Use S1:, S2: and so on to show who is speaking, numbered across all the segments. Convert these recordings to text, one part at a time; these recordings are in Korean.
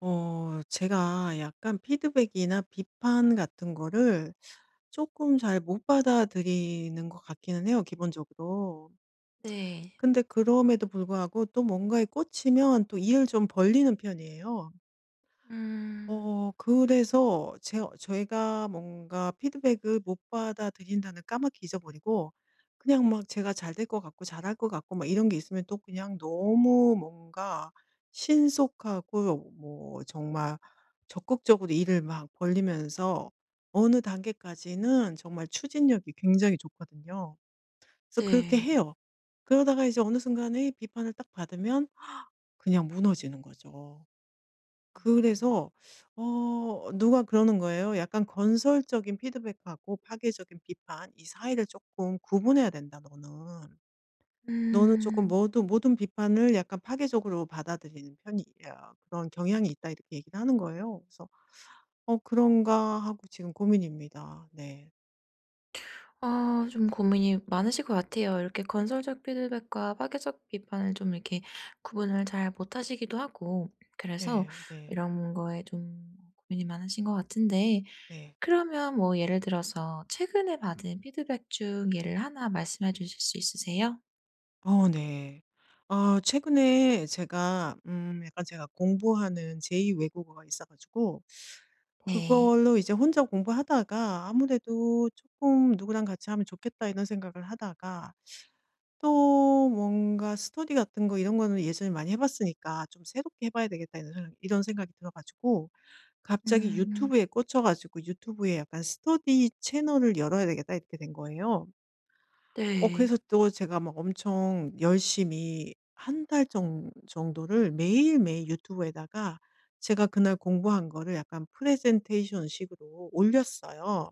S1: 제가 약간 피드백이나 비판 같은 거를 조금 잘 못 받아들이는 것 같기는 해요, 기본적으로.
S2: 네.
S1: 근데 그럼에도 불구하고 또 뭔가에 꽂히면 또 이를 좀 벌리는 편이에요.
S2: 음.
S1: 그래서 제희가 뭔가 피드백을 못 받아들인다는 까맣게 잊어버리고, 그냥 막 제가 잘 될 것 같고 잘할 것 같고 막 이런 게 있으면 또 그냥 너무 뭔가 신속하고, 뭐 정말 적극적으로 일을 막 벌리면서 어느 단계까지는 정말 추진력이 굉장히 좋거든요. 그래서 그렇게
S2: 네.
S1: 해요. 그러다가 이제 어느 순간에 비판을 딱 받으면 그냥 무너지는 거죠.
S2: 음.
S1: 그래서 누가 그러는 거예요. "약간 건설적인 피드백하고 파괴적인 비판 이 사이를 조금 구분해야 된다, 너는. 너는 조금
S2: 음.
S1: 모두 모든 비판을 약간 파괴적으로 받아들이는 편이야. 그런 경향이 있다." 이렇게 얘기를 하는 거예요. 그래서 '어 그런가?' 하고 지금 고민입니다. 네.
S2: 아 좀 고민이 많으실 것 같아요. 이렇게 건설적 피드백과 파괴적 비판을 좀 이렇게 구분을 잘 못하시기도 하고 그래서
S1: 네. 네.
S2: 이런 거에 좀 고민이 많으신 것 같은데
S1: 네.
S2: 그러면 뭐 예를 들어서 최근에 받은 피드백 중 예를 하나 말씀해 주실 수 있으세요?
S1: 어, 네. 아, 최근에 제가 약간 제가 공부하는 제2 외국어가 있어 가지고
S2: 네.
S1: 그걸로 이제 혼자 공부하다가, 아무래도 조금 '누구랑 같이 하면 좋겠다.' 이런 생각을 하다가 또 뭔가 스터디 같은 거 이런 거는 예전에 많이 해 봤으니까 '좀 새롭게 해 봐야 되겠다.' 이런 생각이 들어 가지고 갑자기
S2: 음.
S1: 유튜브에 꽂혀 가지고 '유튜브에 약간 스터디 채널을 열어야 되겠다.' 이렇게 된 거예요.
S2: 네.
S1: 그래서 또 제가 막 엄청 열심히 한 달 정도를 매일매일 유튜브에다가 제가 그날 공부한 거를 약간 프레젠테이션 식으로 올렸어요.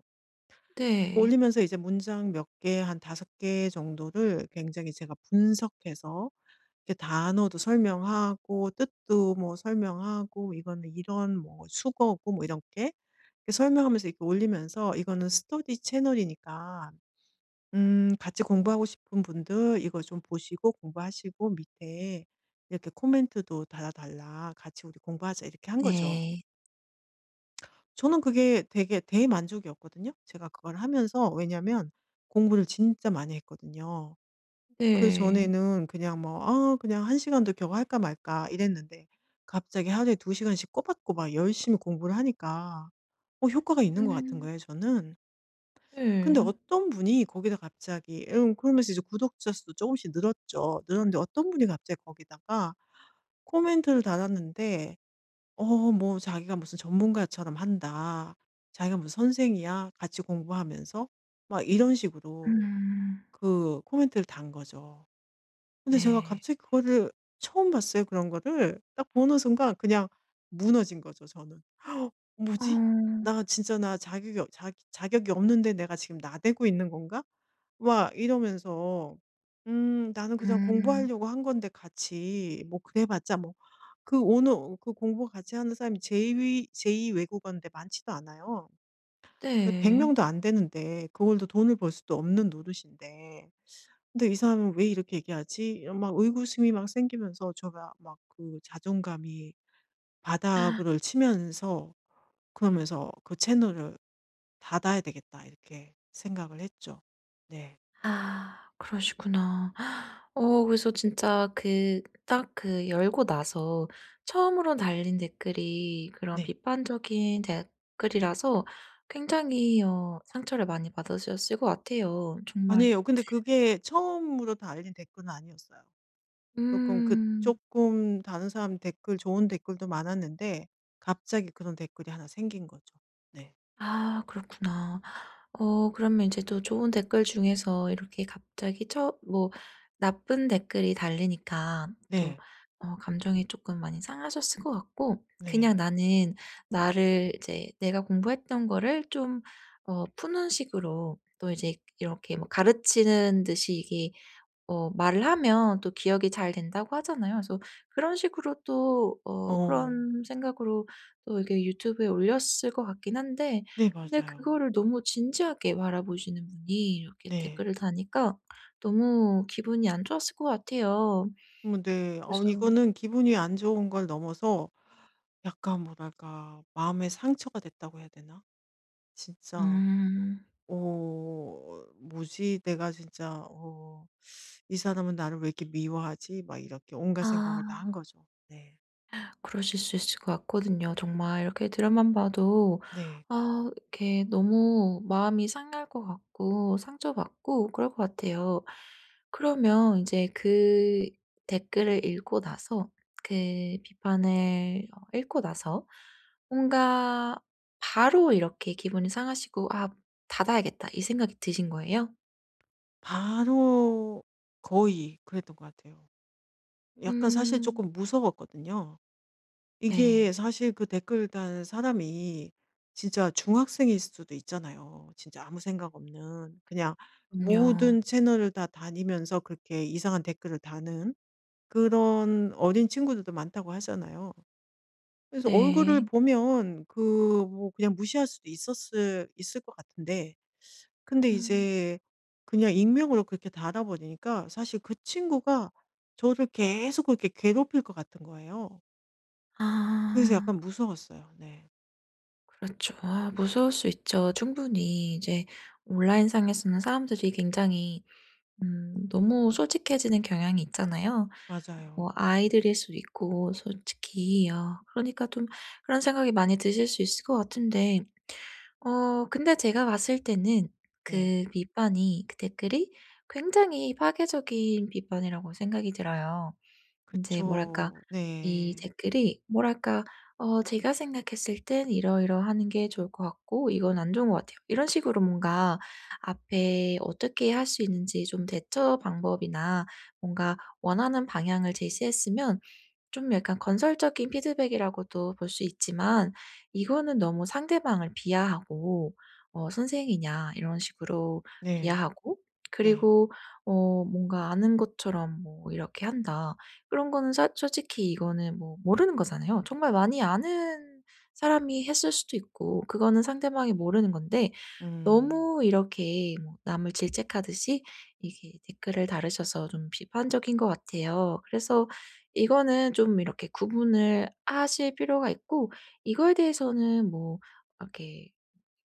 S1: 그
S2: 네.
S1: 올리면서 이제 문장 몇 개, 한 다섯 개 정도를 굉장히 제가 분석해서, 이렇게 단어도 설명하고 뜻도 뭐 설명하고 "이거는 이런 뭐 숙어고" 뭐 이렇게 설명하면서 이렇게 올리면서, 이거는 스터디 채널이니까 같이 공부하고 싶은 분들 이거 좀 보시고 공부하시고 밑에 이렇게 코멘트도 달아 달라, 같이 우리 공부하자, 이렇게 한 거죠.
S2: 네.
S1: 저는 그게 되게 대만족이었거든요. 제가 그걸 하면서, 왜냐면 공부를 진짜 많이 했거든요.
S2: 네.
S1: 그전에는 그냥 뭐 '아 그냥 1시간 시간도 겨우 할까 말까.' 이랬는데 갑자기 하루에 2시간 시간씩 꼬박꼬박 열심히 공부를 하니까 효과가 있는 것 같은
S2: 음.
S1: 거예요, 저는.
S2: 네.
S1: 근데 어떤 분이 거기다 갑자기 그러면서, 이제 구독자 수도 조금씩 늘었죠. 늘었는데 어떤 분이 갑자기 거기다가 코멘트를 달았는데, 뭐 "자기가 무슨 전문가처럼 한다. 자기가 무슨 선생이야 같이 공부하면서." 막 이런 식으로
S2: 음.
S1: 그 코멘트를 단 거죠. 근데 제가
S2: 네.
S1: 갑자기 그거를 처음 봤어요, 그런 거를. 딱 보는 순간 그냥 무너진 거죠, 저는. '뭐지?
S2: 어.
S1: 나 진짜 나 자격이 없 자 자격이 없는데 내가 지금 나대고 있는 건가?' 막 이러면서 나는 그냥
S2: 음.
S1: 공부하려고 한 건데, 같이 뭐 그래 봤자 뭐, 그 오늘 그 공부 같이 하는 사람이 제2 제이 외국어인데 많지도 않아요. 100명
S2: 네.
S1: 명도 안 되는데, 그걸로 돈을 벌 수도 없는 노릇인데, 근데 '이 사람은 왜 이렇게 얘기하지?' 막 의구심이 막 생기면서 제가 막 그 자존감이 바닥을 치면서, 그러면서 '그 채널을 닫아야 되겠다.' 이렇게 생각을 했죠. 네.
S2: 아 그러시구나. 그래서 진짜 그 딱 그 열고 나서 처음으로 달린 댓글이 그런
S1: 네.
S2: 비판적인 댓글이라서 굉장히 상처를 많이 받으셨을 것 같아요 정말.
S1: 아니에요. 근데 그게 처음으로 달린 댓글은 아니었어요. 조금 그
S2: 음.
S1: 조금 다른 사람 댓글, 좋은 댓글도 많았는데 갑자기 그런 댓글이 하나 생긴 거죠. 네.
S2: 아 그렇구나. 그러면 이제 또 좋은 댓글 중에서 이렇게 갑자기 처 뭐 나쁜 댓글이 달리니까 또
S1: 네.
S2: 감정이 조금 많이 상하셨을 것 같고 그냥
S1: 네.
S2: 나는 나를 이제 내가 공부했던 거를 좀 푸는 식으로 또 이제 이렇게 뭐 가르치는 듯이 이게 말을 하면 또 기억이 잘 된다고 하잖아요. 그래서 그런 식으로 또
S1: 어.
S2: 그런 생각으로 또 이게 유튜브에 올렸을 것 같긴 한데
S1: 네,
S2: 근데
S1: 맞아요.
S2: 그거를 너무 진지하게 바라보시는 분이 이렇게
S1: 네.
S2: 댓글을 다니까 너무 기분이 안 좋았을 것 같아요.
S1: 음. 네.
S2: 그래서
S1: 이거는 기분이 안 좋은 걸 넘어서 약간 뭐랄까, 마음의 상처가 됐다고 해야 되나? 진짜
S2: 음.
S1: '어 뭐지? 내가 진짜 어 이 사람은 나를 왜 이렇게 미워하지?' 막 이렇게 온갖 생각을 다
S2: 아.
S1: 한 거죠. 네.
S2: 그러실 수 있을 것 같거든요. 정말 이렇게 드라마만 봐도
S1: 네.
S2: 아 이렇게 너무 마음이 상할 것 같고 상처받고 그럴 것 같아요. 그러면 이제 그 댓글을 읽고 나서 그 비판을 읽고 나서 뭔가 바로 이렇게 기분이 상하시고 '아 닫아야겠다.' 이 생각이 드신 거예요?
S1: 바로, 거의 그랬던 것 같아요. 약간 사실
S2: 음.
S1: 조금 무서웠거든요. 이게
S2: 네.
S1: 사실 그 댓글 단 사람이 진짜 중학생일 수도 있잖아요. 진짜 아무 생각 없는, 그냥
S2: 그럼요.
S1: 모든 채널을 다 다니면서 그렇게 이상한 댓글을 다는 그런 어린 친구들도 많다고 하잖아요. 그래서 얼굴을
S2: 네.
S1: 보면 그 뭐 그냥 무시할 수도 있었을 있을 것 같은데, 근데
S2: 음.
S1: 이제 그냥 익명으로 그렇게 달아 버리니까 사실 그 친구가 저를 계속 그렇게 괴롭힐 것 같은 거예요. 그래서
S2: 아.
S1: 약간 무서웠어요. 네.
S2: 그렇죠. 아 무서울 수 있죠. 충분히 이제 온라인상에서는 사람들이 굉장히 너무 솔직해지는 경향이 있잖아요. 뭐
S1: 맞아요.
S2: 아이들일 수도 있고 솔직히 아 그러니까 좀 그런 생각이 많이 드실 수 있을 것 같은데 근데 제가 봤을 때는
S1: 네.
S2: 그 비판이 그 댓글이 굉장히 파괴적인 비판이라고 생각이 들어요. 인제 뭐랄까
S1: 그쵸.
S2: 이
S1: 네.
S2: 댓글이 뭐랄까 "어 제가 생각했을 땐 이러이러하는 게 좋을 것 같고 이건 안 좋은 것 같아요." 이런 식으로 뭔가 앞에 어떻게 할 수 있는지 좀 대처 방법이나 뭔가 원하는 방향을 제시했으면 좀 약간 건설적인 피드백이라고도 볼 수 있지만 이거는 너무 상대방을 비하하고 "선생이냐." 이런 식으로
S1: 네.
S2: 비하하고
S1: 네.
S2: 그리고 뭔가 "아는 것처럼 뭐 이렇게 한다." 그런 거는 사 솔직히 이거는 뭐 모르는 거잖아요. 정말 많이 아는 사람이 했을 수도 있고 그거는 상대방이 모르는 건데
S1: 음.
S2: 너무 이렇게 뭐 남을 질책하듯이 이렇게 댓글을 달으셔서 좀 비판적인 것 같아요. 그래서 이거는 좀 이렇게 구분을 하실 필요가 있고 이거에 대해서는 뭐 이렇게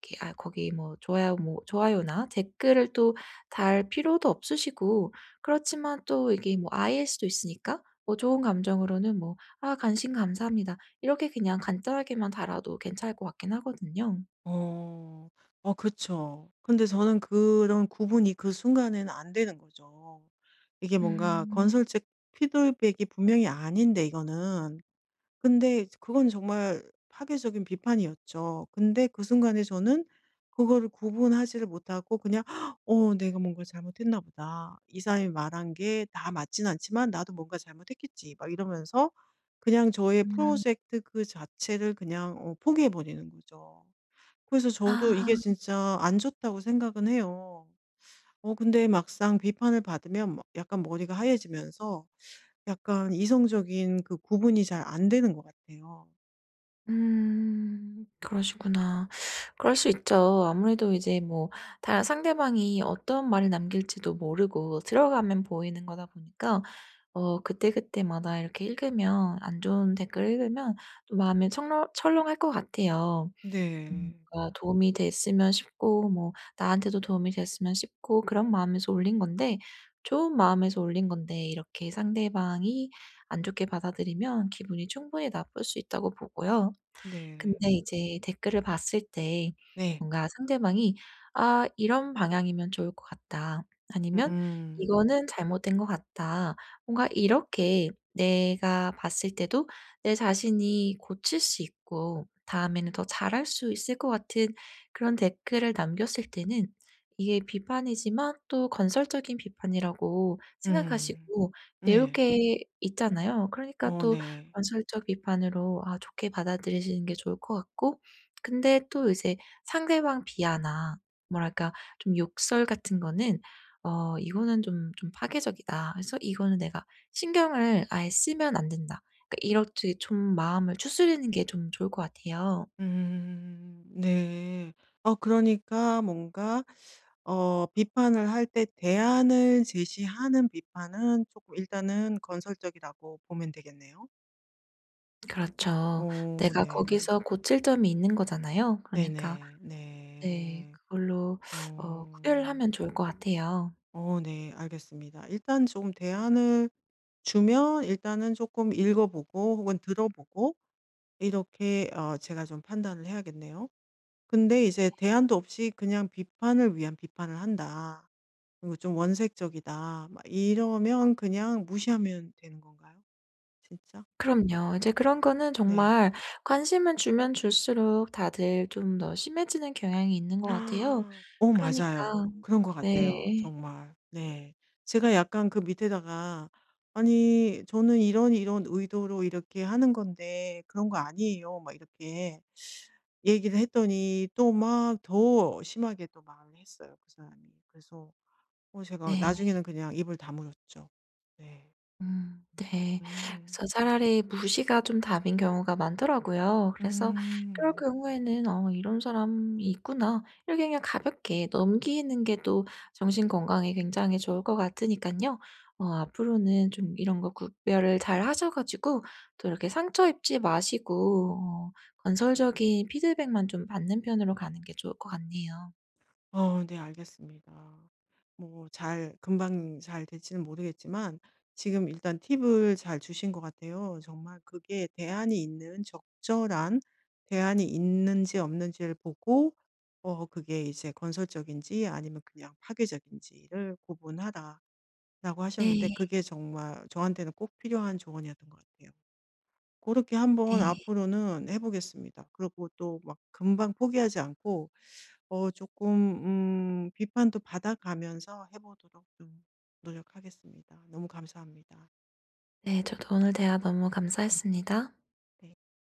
S2: 이렇게 아 거기 뭐 좋아요 뭐 좋아요나 댓글을 또 달 필요도 없으시고 그렇지만 또 이게 뭐 아이일 수도 있으니까 뭐 좋은 감정으로는 뭐 "아 관심 감사합니다." 이렇게 그냥 간단하게만 달아도 괜찮을 것 같긴 하거든요.
S1: 어. 그쵸. 근데 저는 그런 구분이 그 순간에는 안 되는 거죠. 이게 뭔가
S2: 음.
S1: 건설적 피드백이 분명히 아닌데, 이거는, 근데 그건 정말 파괴적인 비판이었죠. 근데 그 순간에 저는 그거를 구분하지를 못하고 그냥 '어 내가 뭔가 잘못했나 보다. 이 사람이 말한 게 다 맞진 않지만 나도 뭔가 잘못했겠지.' 막 이러면서 그냥 저의
S2: 음.
S1: 프로젝트 그 자체를 그냥 포기해 버리는 거죠. 그래서 저도
S2: 아.
S1: 이게 진짜 안 좋다고 생각은 해요. 근데 막상 비판을 받으면 뭐 약간 머리가 하얘지면서 약간 이성적인 그 구분이 잘 안 되는 것 같아요.
S2: 음. 그러시구나. 그럴 수 있죠. 아무래도 이제 뭐 다 상대방이 어떤 말을 남길지도 모르고 들어가면 보이는 거다 보니까 그때그때마다 이렇게 읽으면 안 좋은 댓글 읽으면 또 마음이 철렁 철렁할 것 같아요.
S1: 네.
S2: 뭔가 도움이 됐으면 싶고 뭐 나한테도 도움이 됐으면 싶고 그런 마음에서 올린 건데 좋은 마음에서 올린 건데 이렇게 상대방이 안 좋게 받아들이면 기분이 충분히 나쁠 수 있다고 보고요.
S1: 네.
S2: 근데 이제 댓글을 봤을 때
S1: 네.
S2: 뭔가 상대방이 '아 이런 방향이면 좋을 것 같다.' 아니면
S1: 음.
S2: '이거는 잘못된 것 같다.' 뭔가 이렇게 내가 봤을 때도 내 자신이 고칠 수 있고 다음에는 더 잘할 수 있을 것 같은 그런 댓글을 남겼을 때는 이게 비판이지만 또 건설적인 비판이라고
S1: 음.
S2: 생각하시고 배울
S1: 네.
S2: 게 있잖아요. 그러니까
S1: 어,
S2: 또
S1: 네.
S2: 건설적 비판으로 아 좋게 받아들이시는 게 좋을 것 같고 근데 또 이제 상대방 비하나 뭐랄까 좀 욕설 같은 거는 '이거는 좀 파괴적이다. 그래서 이거는 내가 신경을 아예 쓰면 안 된다.' 그러니까 이렇게 좀 마음을 추스르는 게 좀 좋을 것 같아요.
S1: 음. 네. 그러니까 뭔가 비판을 할 때 대안을 제시하는 비판은 쪼끔 일단은 건설적이라고 보면 되겠네요.
S2: 그렇죠.
S1: 어,
S2: 내가
S1: 네네.
S2: 거기서 고칠 점이 있는 거잖아요. 그러니까
S1: 네네.
S2: 네
S1: 네.
S2: 그걸로 구별을
S1: 어.
S2: 하면 좋을 것 같아요.
S1: 어, 네. 알겠습니다. 일단 좀 대안을 주면 일단은 쪼끔 읽어 보고 혹은 들어 보고, 이렇게 제가 좀 판단을 해야겠네요. 근데 이제 대안도 없이 그냥 비판을 위한 비판을 한다, 그리고 좀 원색적이다, 막 이러면 그냥 무시하면 되는 건가요? 진짜?
S2: 그럼요. 이제 그런 거는
S1: 네.
S2: 정말 관심을 주면 줄수록 다들 좀 더 심해지는 경향이 있는 것 같아요.
S1: 오,
S2: 그러니까
S1: 맞아요. 그런 것 같아요,
S2: 네.
S1: 정말. 네. 제가 약간 그 밑에다가 "아니 저는 이런 이런 의도로 이렇게 하는 건데 그런 거 아니에요." 막 이렇게 얘기를 했더니 또 막 더 심하게 또 말을 했어요, 그 사람이. 그래서 제가
S2: 네.
S1: 나중에는 그냥 입을 다물었죠. 네.
S2: 네.
S1: 음.
S2: 그래서 차라리 무시가 좀 답인 경우가 많더라고요. 그래서 그럴
S1: 음.
S2: 경우에는 '어 이런 사람이 있구나.' 이렇게 그냥 가볍게 넘기는 게 또 정신 건강에 굉장히 좋을 것 같으니까요. 앞으로는 좀 이런 거 구별을 잘 하셔 가지고 또 이렇게 상처 입지 마시고 어 건설적인 피드백만 좀 받는 편으로 가는 게 좋을 것 같네요.
S1: 어, 네, 알겠습니다. 뭐 잘 금방 잘 될지는 모르겠지만 지금 일단 팁을 잘 주신 것 같아요. 정말 그게 대안이 있는 적절한 대안이 있는지 없는지를 보고 그게 이제 '건설적인지 아니면 그냥 파괴적인지.'를 구분하라 라고 하셨는데,
S2: 네.
S1: 그게 정말 저한테는 꼭 필요한 조언이었던 것 같아요. 그렇게 한번
S2: 네.
S1: 앞으로는 해 보겠습니다. 그리고 또 막 금방 포기하지 않고 조금 비판도 받아가면서 해 보도록 좀 노력하겠습니다. 너무 감사합니다.
S2: 네. 저도 오늘 대화 너무 감사했습니다.
S1: 네.